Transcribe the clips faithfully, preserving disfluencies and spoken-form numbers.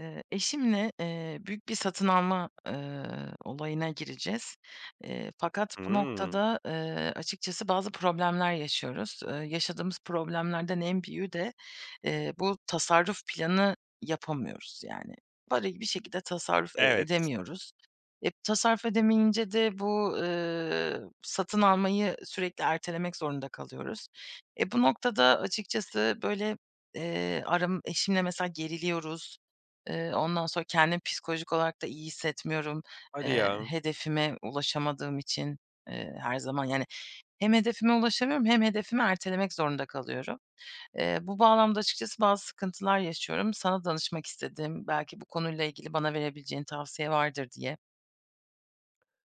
Eee, eşimle, eee, büyük bir satın alma, eee, olayına gireceğiz. Eee, fakat bu Hımm. noktada, eee, açıkçası bazı problemler yaşıyoruz. Eee, yaşadığımız problemlerden en büyüğü de, eee, bu tasarruf planı yapamıyoruz. Yani parayı bir şekilde tasarruf e Evet. edemiyoruz. E, tasarruf edemeyince de bu, eee, satın almayı sürekli ertelemek zorunda kalıyoruz. E, bu noktada açıkçası böyle, eee, aram eşimle mesela geriliyoruz. Eee, ondan sonra kendimi psikolojik olarak da iyi hissetmiyorum. Hadi Eee, ya. Hedefime ulaşamadığım için, eee, her zaman yani hem hedefime ulaşamıyorum hem hedefimi ertelemek zorunda kalıyorum. Eee, bu bağlamda açıkçası bazı sıkıntılar yaşıyorum. Sana danışmak istedim. Belki bu konuyla ilgili bana verebileceğin tavsiye vardır diye.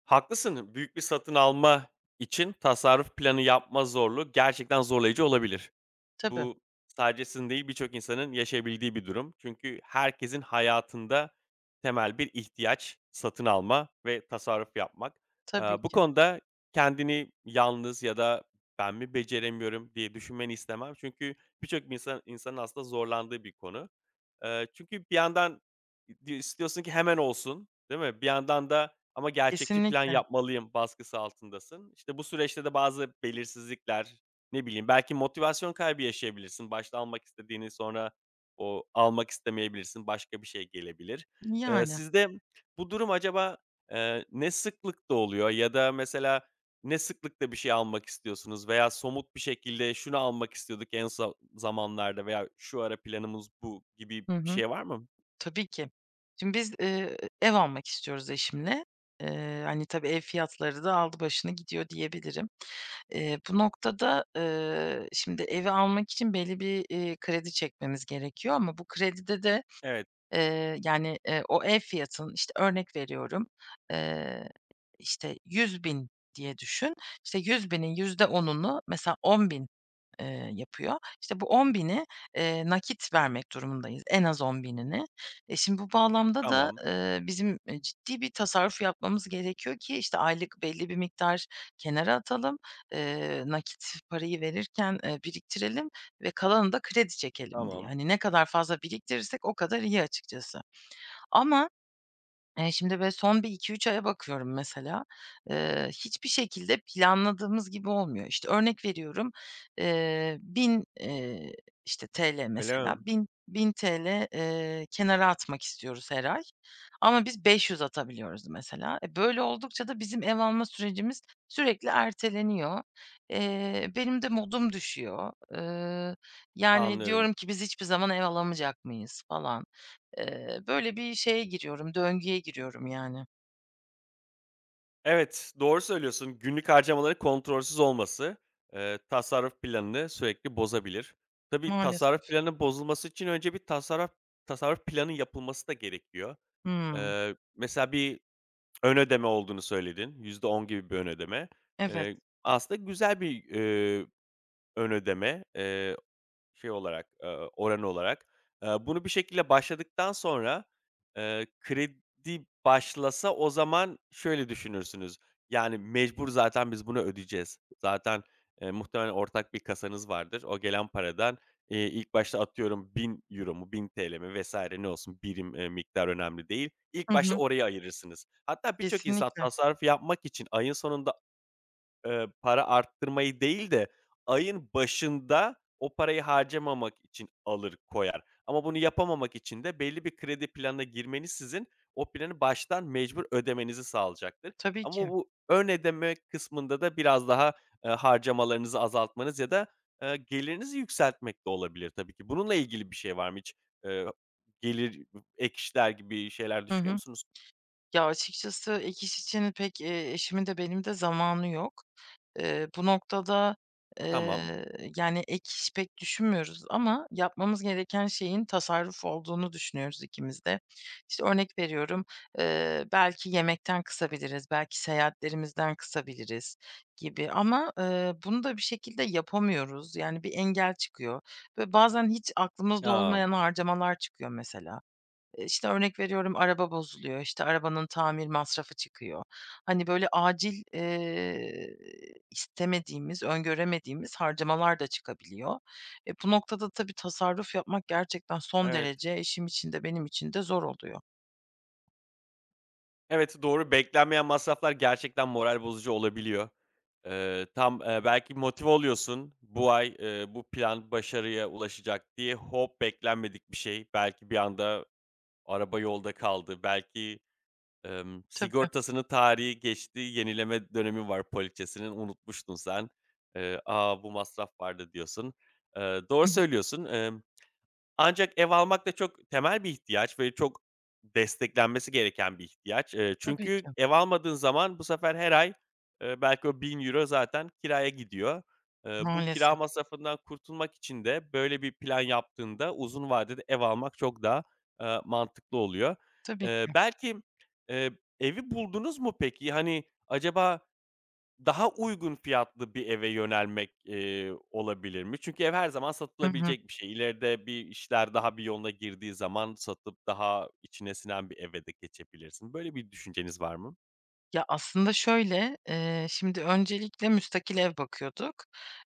Haklısın, büyük bir satın alma için tasarruf planı yapma zorluğu gerçekten zorlayıcı olabilir. Tabii, Bu sadece sizin değil, birçok insanın yaşayabildiği bir durum. Çünkü herkesin hayatında temel bir ihtiyaç satın alma ve tasarruf yapmak. Eee, tabii bu ki. konuda kendini yalnız ya da "Ben mi beceremiyorum?" diye düşünmeni istemem. Çünkü birçok insan insanın aslında zorlandığı bir konu. Eee, çünkü bir yandan di istiyorsun ki hemen olsun, değil mi? Bir yandan da ama gerçekçi plan Kesinlikle. yapmalıyım baskısı altındasın. İşte, bu süreçte de bazı belirsizlikler, ne bileyim, belki motivasyon kaybı yaşayabilirsin. Başta almak istediğini sonra o almak istemeyebilirsin, başka bir şey gelebilir. Eee, Yani. sizde bu durum acaba, eee, ne sıklıkta oluyor ya da mesela ne sıklıkta bir şey almak istiyorsunuz veya somut bir şekilde şunu almak istiyorduk en son zamanlarda veya şu ara planımız bu gibi bir Hı hı. şey var mı? Tabii ki. Şimdi biz, eee, ev almak istiyoruz eşimle. Eee, hani, tabii ev fiyatları da aldı başını gidiyor diyebilirim. Eee, bu noktada, eee, şimdi evi almak için belli bir, eee, kredi çekmemiz gerekiyor ama bu kredide de, Evet, eee, yani, eee, o ev fiyatının, işte, örnek veriyorum, eee, işte, yüz bin diye düşün. İşte, yüz binin yüzde onunu mesela on bin eee, yapıyor. İşte bu on bini, eee, nakit vermek durumundayız, en az on binini. E, şimdi bu bağlamda da, tamam, eee, bizim, eee, ciddi bir tasarruf yapmamız gerekiyor ki işte aylık belli bir miktar kenara atalım, eee, nakit parayı verirken, eee, biriktirelim ve kalanını da kredi çekelim diye. tamam. Hani ne kadar fazla biriktirirsek o kadar iyi açıkçası. Ama Eee, şimdi böyle son bir iki üç aya bakıyorum mesela. Eee, hiçbir şekilde planladığımız gibi olmuyor. İşte, örnek veriyorum, eee, bin, eee, işte, T L Öyle mesela, mi? bin 1000 T L, eee, kenara atmak istiyoruz her ay ama biz beş yüz atabiliyoruz mesela. E, böyle oldukça da bizim ev alma sürecimiz sürekli erteleniyor. Eee, benim de modum düşüyor. Eee, yani Anlıyorum. diyorum ki biz hiçbir zaman ev alamayacak mıyız falan. Eee, böyle bir şeye giriyorum, döngüye giriyorum yani. Evet, doğru söylüyorsun. Günlük harcamaların kontrolsüz olması, eee, tasarruf planını sürekli bozabilir. Tabii Maalesef. tasarruf planının bozulması için önce bir tasarruf tasarruf planı yapılması da gerekiyor. Hımm. Eee, mesela bir ön ödeme olduğunu söyledin. Yüzde on gibi bir ön ödeme. Evet. Eee, aslında güzel bir, eee, ön ödeme. Eee şey olarak, eee, oranı olarak. Eee, bunu bir şekilde başladıktan sonra, eee, kredi başlasa o zaman şöyle düşünürsünüz: "Yani, mecbur zaten biz bunu ödeyeceğiz. Zaten, eee, muhtemelen ortak bir kasanız vardır. O gelen paradan, eee, ilk başta atıyorum bin euro mu, ₺bin mi vesaire ne olsun birim, eee, miktar önemli değil. İlk Hı başta hı. oraya ayırırsınız." Hatta birçok insan Kesinlikle. tasarruf yapmak için ayın sonunda Eee, para arttırmayı değil de ayın başında o parayı harcamamak için alır koyar. Ama bunu yapamamak için de belli bir kredi planına girmeniz sizin o planı baştan mecbur ödemenizi sağlayacaktır. Tabii Ama ki. bu ön ödeme kısmında da biraz daha, eee, harcamalarınızı azaltmanız ya da, eee, gelirinizi yükseltmek de olabilir tabii ki. Bununla ilgili bir şey var mı hiç? Eee, gelir ek işler gibi şeyler Hı düşünüyor hı. musunuz? Ya, açıkçası ek iş için pek, eee, eşimin de benim de zamanı yok. Eee, bu noktada, Tamam. eee, yani, ek iş pek düşünmüyoruz ama yapmamız gereken şeyin tasarruf olduğunu düşünüyoruz ikimiz de. İşte, örnek veriyorum, eee, belki yemekten kısabiliriz, belki seyahatlerimizden kısabiliriz gibi ama, eee, bunu da bir şekilde yapamıyoruz. Yani, bir engel çıkıyor ve bazen hiç aklımızda A! olmayan harcamalar çıkıyor mesela. Eee, işte, örnek veriyorum, araba bozuluyor, işte, arabanın tamir masrafı çıkıyor. Hani, böyle acil, eee, istemediğimiz, öngöremediğimiz harcamalar da çıkabiliyor. E, bu noktada tabii tasarruf yapmak gerçekten son Evet. derece eşim için de benim için de zor oluyor. Evet, doğru. Beklenmeyen masraflar gerçekten moral bozucu olabiliyor. Eee, tam, eee, belki motive oluyorsun. Bu ay, eee, bu plan başarıya ulaşacak diye hop beklenmedik bir şey. Belki bir anda araba yolda kaldı. Belki, emm, Tabii. sigortasının tarihi geçti, yenileme dönemi var poliçesinin, unutmuştun sen. Eee, "A, bu masraf vardı." diyorsun. Eee, doğru Hı hı. söylüyorsun. Emm ancak ev almak da çok temel bir ihtiyaç ve çok desteklenmesi gereken bir ihtiyaç. Eee, Tabii çünkü ki. ev almadığın zaman bu sefer her ay, eee, belki o bin euro zaten kiraya gidiyor. Eee, bu kira Maalesef. masrafından kurtulmak için de böyle bir plan yaptığında uzun vadede ev almak çok daha, eee, mantıklı oluyor. Tabii Eee, ki. belki, eee, evi buldunuz mu peki? Hani, acaba daha uygun fiyatlı bir eve yönelmek, eee, olabilir mi? Çünkü ev her zaman Hı hı. satılabilecek bir şey. İleride bir işler daha bir yoluna girdiği zaman satıp daha içine sinen bir eve de geçebilirsin. Böyle bir düşünceniz var mı? Ya, aslında şöyle, eee, şimdi öncelikle müstakil ev bakıyorduk.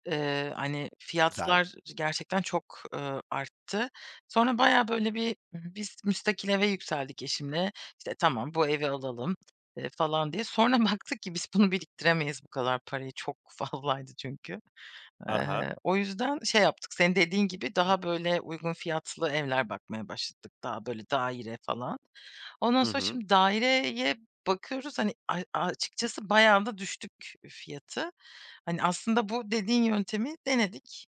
Eee, hani, Güzel. fiyatlar gerçekten çok, eee, arttı. Sonra baya böyle, bir biz müstakil eve yükseldik eşimle. İşte, "Tamam, bu evi alalım." eee, falan diye. Sonra baktık ki biz bunu biriktiremeyiz bu kadar parayı. Çok fazlaydı çünkü. Ha ha. Eee, o yüzden şey yaptık, senin dediğin gibi daha böyle uygun fiyatlı evler bakmaya başladık. Daha böyle daire falan. Ondan Hı sonra hı. şimdi daireye bakıyoruz, hani, a açıkçası bayağı da düştük fiyatı. Hani, aslında bu dediğin yöntemi denedik.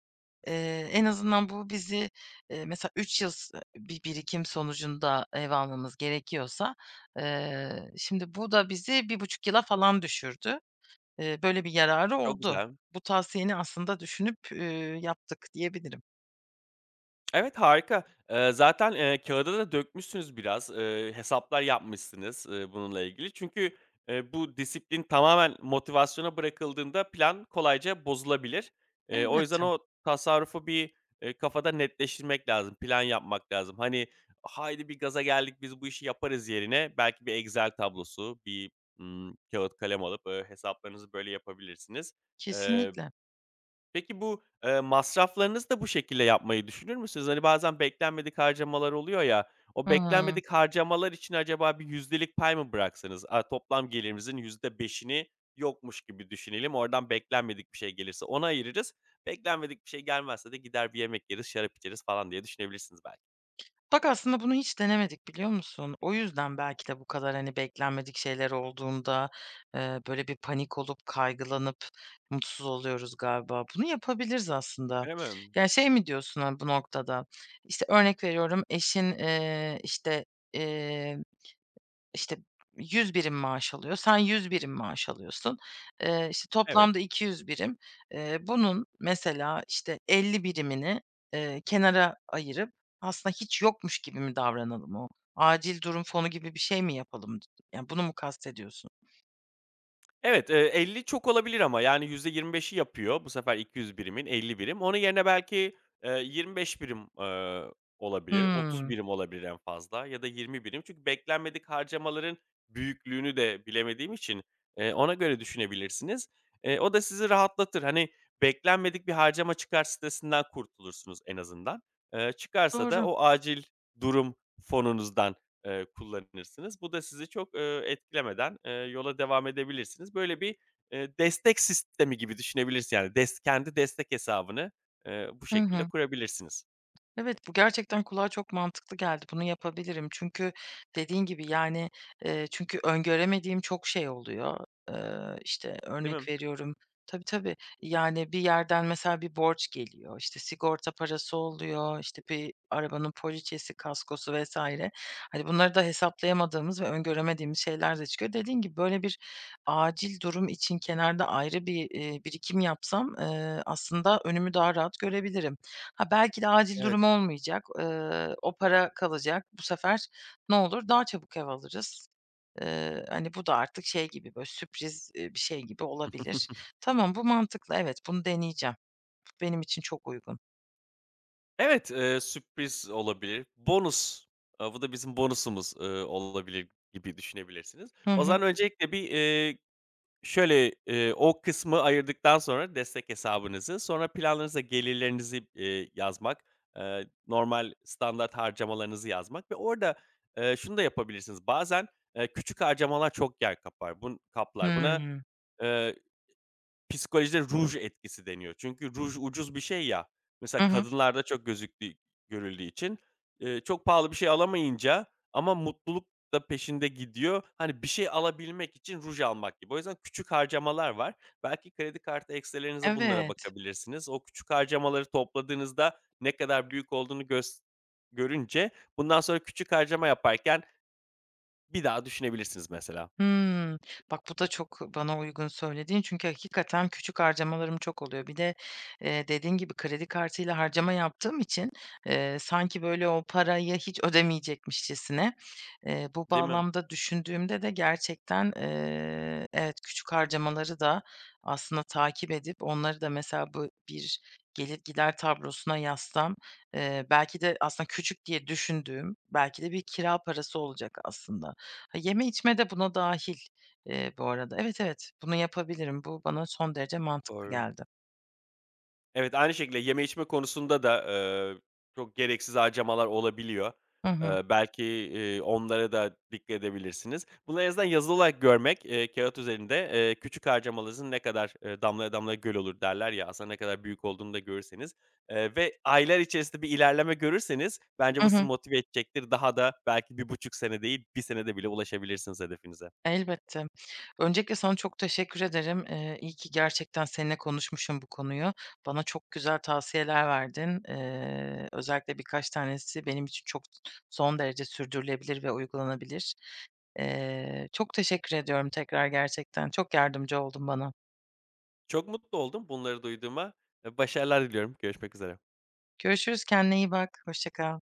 Eee, en azından bu bizi, eee, mesela üç yıl s bir birikim sonucunda ev almamız gerekiyorsa, eee, şimdi bu da bizi bir buçuk yıla falan düşürdü. Eee, böyle bir yararı Çok oldu. güzel. Bu tavsiyeni aslında düşünüp, eee, yaptık diyebilirim. Evet, harika. Eee, zaten, eee, kâğıda da dökmüşsünüz biraz, eee, hesaplar yapmışsınız, eee, bununla ilgili. Çünkü, eee, bu disiplin tamamen motivasyona bırakıldığında plan kolayca bozulabilir. Eee, o yüzden Elbette, o tasarrufu bir, eee, kafada netleştirmek lazım, plan yapmak lazım. Hani, "Haydi bir gaza geldik, biz bu işi yaparız." yerine belki bir Excel tablosu, bir, ımm, kâğıt kalem alıp, eee, hesaplarınızı böyle yapabilirsiniz. kesinlikle. Peki bu, eee, masraflarınızı da bu şekilde yapmayı düşünür müsünüz? Hani, bazen beklenmedik harcamalar oluyor ya, o Hı hı. beklenmedik harcamalar için acaba bir yüzdelik pay mı bıraksanız? A, toplam gelirimizin yüzde beşini yokmuş gibi düşünelim, oradan beklenmedik bir şey gelirse ona ayırırız, beklenmedik bir şey gelmezse de gider bir yemek yeriz, şarap içeriz falan diye düşünebilirsiniz belki. Bak aslında bunu hiç denemedik biliyor musun? O yüzden belki de bu kadar, hani, beklenmedik şeyler olduğunda, eee, böyle bir panik olup, kaygılanıp mutsuz oluyoruz galiba. Bunu yapabiliriz aslında. Öyle mi? Ya, şey mi diyorsun, hani, bu noktada? İşte, örnek veriyorum, eşin, eee, işte, eee İşte, yüz birim maaş alıyor, sen yüz birim maaş alıyorsun. Eee, işte, Evet. toplamda iki yüz birim. Eee, bunun mesela, işte, elli birimini, eee, kenara ayırıp aslında hiç yokmuş gibi mi davranalım? O acil durum fonu gibi bir şey mi yapalım? Yani, bunu mu kastediyorsun? Evet, eee, elli çok olabilir ama yani yüzde yirmi beşi yapıyor bu sefer iki yüz birimin, elli birim. Onun yerine belki, eee, yirmi beş birim, eee, olabilir, otuz Hımm. birim olabilir en fazla ya da yirmi birim. Çünkü beklenmedik harcamaların büyüklüğünü de bilemediğim için, eee, ona göre düşünebilirsiniz. Eee, o da sizi rahatlatır. Hani, beklenmedik bir harcama çıkar stresinden kurtulursunuz en azından. Eee, çıkarsa da Doğru. o acil durum fonunuzdan eee, kullanırsınız. Bu da sizi çok, eee, etkilemeden, eee, yola devam edebilirsiniz. Böyle bir, eee, destek sistemi gibi düşünebilirsin. Yani des kendi destek hesabını, eee, bu Hı şekilde hı. kurabilirsiniz, Evet, bu gerçekten kulağa çok mantıklı geldi. Bunu yapabilirim. Çünkü dediğin gibi, yani, eee, çünkü öngöremediğim çok şey oluyor. Eee, işte, değil mi? örnek veriyorum. Tabii, tabii. Yani, bir yerden mesela bir borç geliyor, işte, sigorta parası oluyor, işte, bir arabanın poliçesi, kaskosu vesaire. Hani, bunları da hesaplayamadığımız ve öngöremediğimiz şeyler de çıkıyor. Dediğin gibi, böyle bir acil durum için kenarda ayrı bir, eee, birikim yapsam, eee, aslında önümü daha rahat görebilirim. Ha, belki de acil Evet. durum olmayacak. Eee, o para kalacak. Bu sefer ne olur? Daha çabuk ev alırız. Eee, hani, bu da artık şey gibi, böyle, sürpriz, eee, bir şey gibi olabilir. Tamam, bu mantıklı. Evet, bunu deneyeceğim. Benim için çok uygun. Evet, eee, sürpriz olabilir. Bonus, eee, bu da bizim bonusumuz, eee, olabilir gibi düşünebilirsiniz. Hı O hı. zaman öncelikle bir, eee, şöyle, eee, o kısmı ayırdıktan sonra destek hesabınızı, sonra planlarınıza gelirlerinizi, eee, yazmak, eee, normal standart harcamalarınızı yazmak ve orada, eee, şunu da yapabilirsiniz. Bazen, eee, küçük harcamalar çok yer kapar bun kaplar. Buna, Hımm. eee psikolojide ruj etkisi deniyor. Çünkü ruj ucuz bir şey ya. Hı Mesela hı. kadınlarda çok gözüktüğü görüldüğü için, eee, çok pahalı bir şey alamayınca ama mutluluk da peşinde gidiyor. Hani, bir şey alabilmek için ruj almak gibi. O yüzden küçük harcamalar var. Belki kredi kartı ekstrelerinize bunlara Evet. bakabilirsiniz. O küçük harcamaları topladığınızda ne kadar büyük olduğunu gös görünce bundan sonra küçük harcama yaparken bir daha düşünebilirsiniz mesela. Hımm. Bak, bu da çok bana uygun söylediğin çünkü hakikaten küçük harcamalarım çok oluyor. Bir de, eee, dediğin gibi kredi kartıyla harcama yaptığım için, eee, sanki böyle o parayı hiç ödemeyecekmişçesine, eee, bu Değil mi? bağlamda düşündüğümde de gerçekten, eee, evet, küçük harcamaları da aslında takip edip onları da mesela bu bir gelir gider tablosuna yazsam. Eee, belki de aslında küçük diye düşündüğüm, belki de bir kira parası olacak aslında. Ha, yeme içme de buna dahil. Eee, bu arada, evet, evet, bunu yapabilirim. Bu bana son derece mantıklı Doğru. geldi. Evet, aynı şekilde yeme içme konusunda da, eee, çok gereksiz harcamalar olabiliyor. Hı hı. Eee, belki, eee, onlara da dikkat edebilirsiniz. Bunları en azından yazılı olarak görmek, eee, kâğıt üzerinde, eee, "Küçük harcamanızın ne kadar, eee, damlaya damlaya göl olur." derler ya, aslında ne kadar büyük olduğunu da görürseniz, eee, ve aylar içerisinde bir ilerleme görürseniz bence Hı bu sizi hı. motive edecektir. Daha da belki bir buçuk sene değil, bir senede bile ulaşabilirsiniz hedefinize. Elbette. Öncelikle sana çok teşekkür ederim. Eee, iyi ki gerçekten seninle konuşmuşum bu konuyu. Bana çok güzel tavsiyeler verdin. Eee, özellikle birkaç tanesi benim için çok son derece sürdürülebilir ve uygulanabilir. Eee, çok teşekkür ediyorum tekrar gerçekten. Çok yardımcı oldun bana. Çok mutlu oldum bunları duyduğuma. Eee, başarılar diliyorum. Görüşmek üzere. Görüşürüz. Kendine iyi bak. Hoşça kal.